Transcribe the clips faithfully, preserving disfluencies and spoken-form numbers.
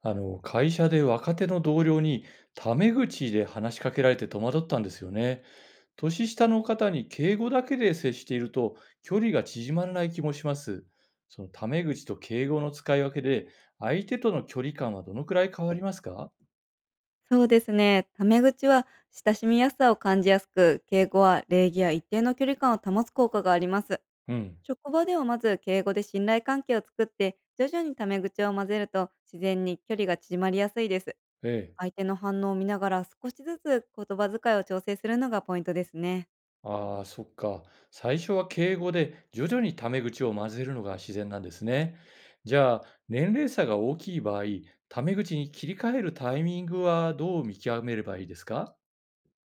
あの、会社で若手の同僚にタメ口で話しかけられて戸惑ったんですよね。年下の方に敬語だけで接していると距離が縮まらない気もします。そのタメ口と敬語の使い分けで相手との距離感はどのくらい変わりますか？そうですね。タメ口は親しみやすさを感じやすく、敬語は礼儀や一定の距離感を保つ効果があります。うん。職場ではまず敬語で信頼関係を作って、徐々にタメ口を混ぜると自然に距離が縮まりやすいです。ええ。相手の反応を見ながら少しずつ言葉遣いを調整するのがポイントですね。ああ、そっか。最初は敬語で徐々にタメ口を混ぜるのが自然なんですね。じゃあ、年齢差が大きい場合、タメ口に切り替えるタイミングはどう見極めればいいですか？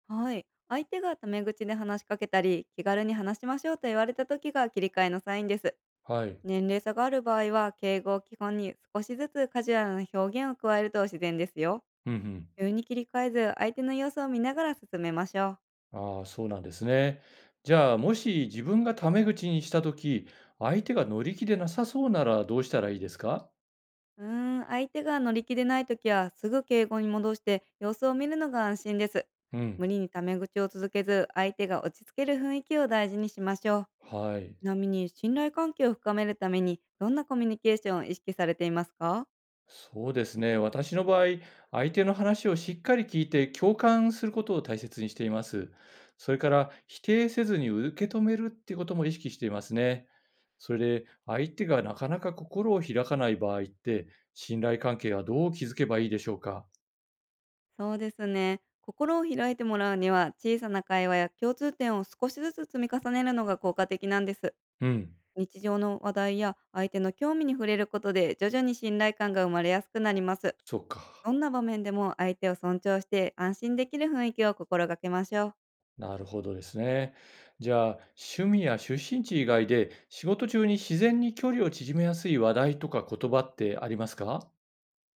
はい。相手がタメ口で話しかけたり、気軽に話しましょうと言われた時が切り替えのサインです。はい。年齢差がある場合は、敬語を基本に少しずつカジュアルな表現を加えると自然ですよ。うんうん。急に切り替えず、相手の様子を見ながら進めましょう。ああ、そうなんですね。じゃあ、もし自分がタメ口にしたとき、相手が乗り気でなさそうならどうしたらいいですか？うーん、相手が乗り気でないときは、すぐ敬語に戻して様子を見るのが安心です。うん。無理にタメ口を続けず、相手が落ち着ける雰囲気を大事にしましょう。はい。ちなみに、信頼関係を深めるために、どんなコミュニケーションを意識されていますか？そうですね。私の場合、相手の話をしっかり聞いて共感することを大切にしています。それから、否定せずに受け止めるっていうことも意識していますね。それで、相手がなかなか心を開かない場合って、信頼関係はどう築けばいいでしょうか？そうですね。心を開いてもらうには、小さな会話や共通点を少しずつ積み重ねるのが効果的なんです。うん。日常の話題や相手の興味に触れることで、徐々に信頼感が生まれやすくなります。そっか。どんな場面でも相手を尊重して安心できる雰囲気を心がけましょう。なるほどですね。じゃあ、趣味や出身地以外で仕事中に自然に距離を縮めやすい話題とか言葉ってありますか？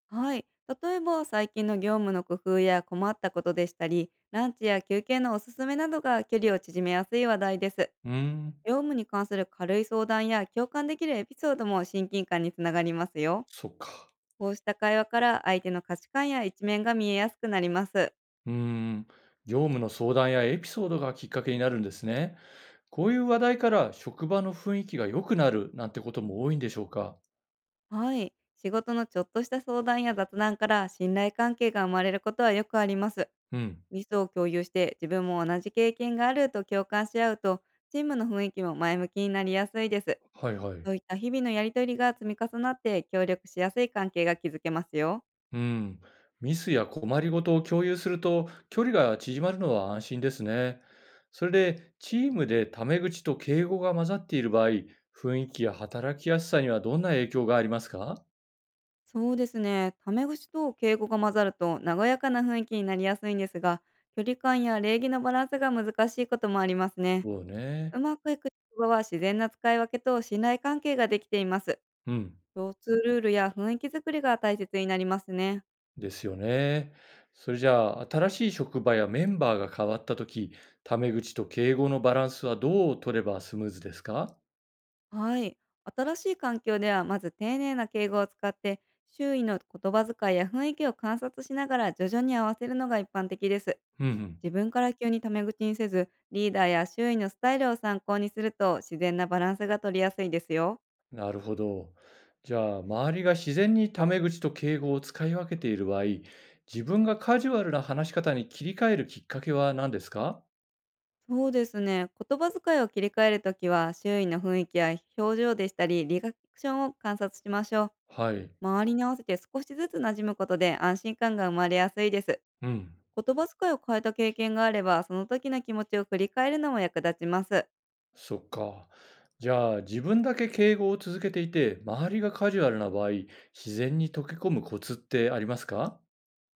はい。例えば最近の業務の工夫や困ったことでしたり、ランチや休憩のおすすめなどが距離を縮めやすい話題です。うーん、業務に関する軽い相談や共感できるエピソードも親近感につながりますよ。そっか。こうした会話から相手の価値観や一面が見えやすくなります。うーん。業務の相談やエピソードがきっかけになるんですね。こういう話題から職場の雰囲気が良くなるなんてことも多いんでしょうか？はい。仕事のちょっとした相談や雑談から信頼関係が生まれることはよくあります。うん。ミスを共有して自分も同じ経験があると共感し合うと、チームの雰囲気も前向きになりやすいです。はいはい。そういった日々のやりとりが積み重なって協力しやすい関係が築けますよ。うん、ミスや困りごとを共有すると距離が縮まるのは安心ですね。それでチームでタメ口と敬語が混ざっている場合、雰囲気や働きやすさにはどんな影響がありますか？そうですね。タメ口と敬語が混ざると和やかな雰囲気になりやすいんですが、距離感や礼儀のバランスが難しいこともありますね。そううね。まくいく言葉は自然な使い分けと信頼関係ができています。うん。共通ルールや雰囲気作りが大切になりますね。ですよね。それじゃあ、新しい職場やメンバーが変わったとき、タメ口と敬語のバランスはどう取ればスムーズですか？はい。新しい環境ではまず丁寧な敬語を使って、周囲の言葉遣いや雰囲気を観察しながら徐々に合わせるのが一般的です。うんうん。自分から急にタメ口にせず、リーダーや周囲のスタイルを参考にすると自然なバランスが取りやすいですよ。なるほど。じゃあ、周りが自然にタメ口と敬語を使い分けている場合、自分がカジュアルな話し方に切り替えるきっかけは何ですか？そうですね。言葉遣いを切り替えるときは、周囲の雰囲気や表情でしたり、リアクションを観察しましょう。はい。周りに合わせて少しずつ馴染むことで安心感が生まれやすいです。うん。言葉遣いを変えた経験があれば、その時の気持ちを振り返るのも役立ちます。そっか。じゃあ、自分だけ敬語を続けていて、周りがカジュアルな場合、自然に溶け込むコツってありますか？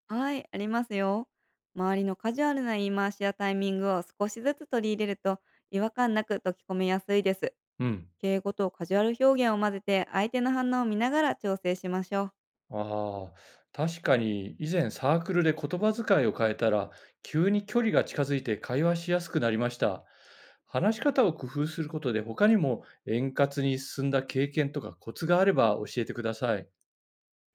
はい、ありますよ。周りのカジュアルな言い回しやタイミングを少しずつ取り入れると、違和感なく溶き込めやすいです。うん。敬語とカジュアル表現を混ぜて相手の反応を見ながら調整しましょう。ああ、確かに以前サークルで言葉遣いを変えたら、急に距離が近づいて会話しやすくなりました。話し方を工夫することで他にも円滑に進んだ経験とかコツがあれば教えてください。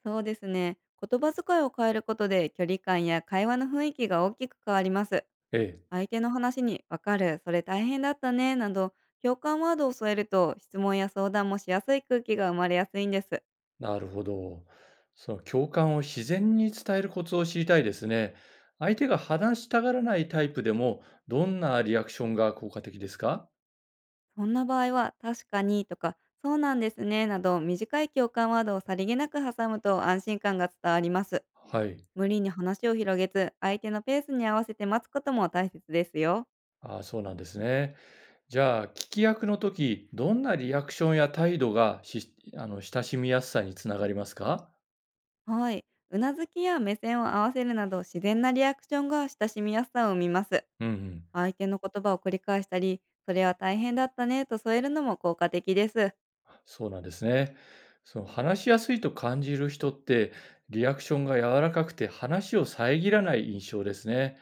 そうですね。言葉遣いを変えることで距離感や会話の雰囲気が大きく変わります。ええ、相手の話にわかる、それ大変だったね、など共感ワードを添えると質問や相談もしやすい空気が生まれやすいんです。なるほど。その共感を自然に伝えるコツを知りたいですね。相手が話したがらないタイプでもどんなリアクションが効果的ですか？そんな場合は、確かに、とか、そうなんですね、など短い共感ワードをさりげなく挟むと安心感が伝わります。はい。無理に話を広げず、相手のペースに合わせて待つことも大切ですよ。ああ、そうなんですね。じゃあ、聞き役の時、どんなリアクションや態度が、しあの、親しみやすさにつながりますか？はい。うなずきや目線を合わせるなど自然なリアクションが親しみやすさを生みます。うんうん。相手の言葉を繰り返したり、それは大変だったねと添えるのも効果的です。そうなんですね。その、話しやすいと感じる人って、リアクションが柔らかくて話を遮らない印象ですね。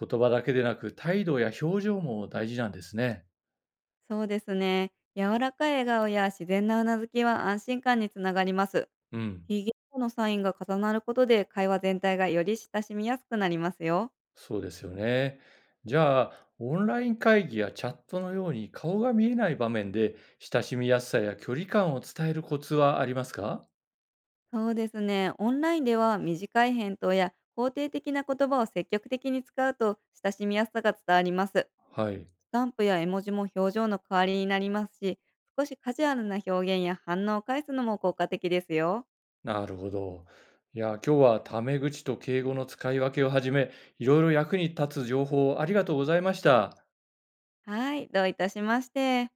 言葉だけでなく、態度や表情も大事なんですね。そうですね。柔らかい笑顔や自然なうなずきは安心感につながります。うん、非言語のサインが重なることで会話全体がより親しみやすくなりますよ。そうですよね。じゃあ、オンライン会議やチャットのように顔が見えない場面で、親しみやすさや距離感を伝えるコツはありますか？そうですね。オンラインでは短い返答や肯定的な言葉を積極的に使うと親しみやすさが伝わります。スはい。タンプや絵文字も表情の代わりになりますし、少しカジュアルな表現や反応を返すのも効果的ですよ。なるほど。いや、今日はタメ口と敬語の使い分けをはじめ、いろいろ役に立つ情報をありがとうございました。はい、どういたしまして。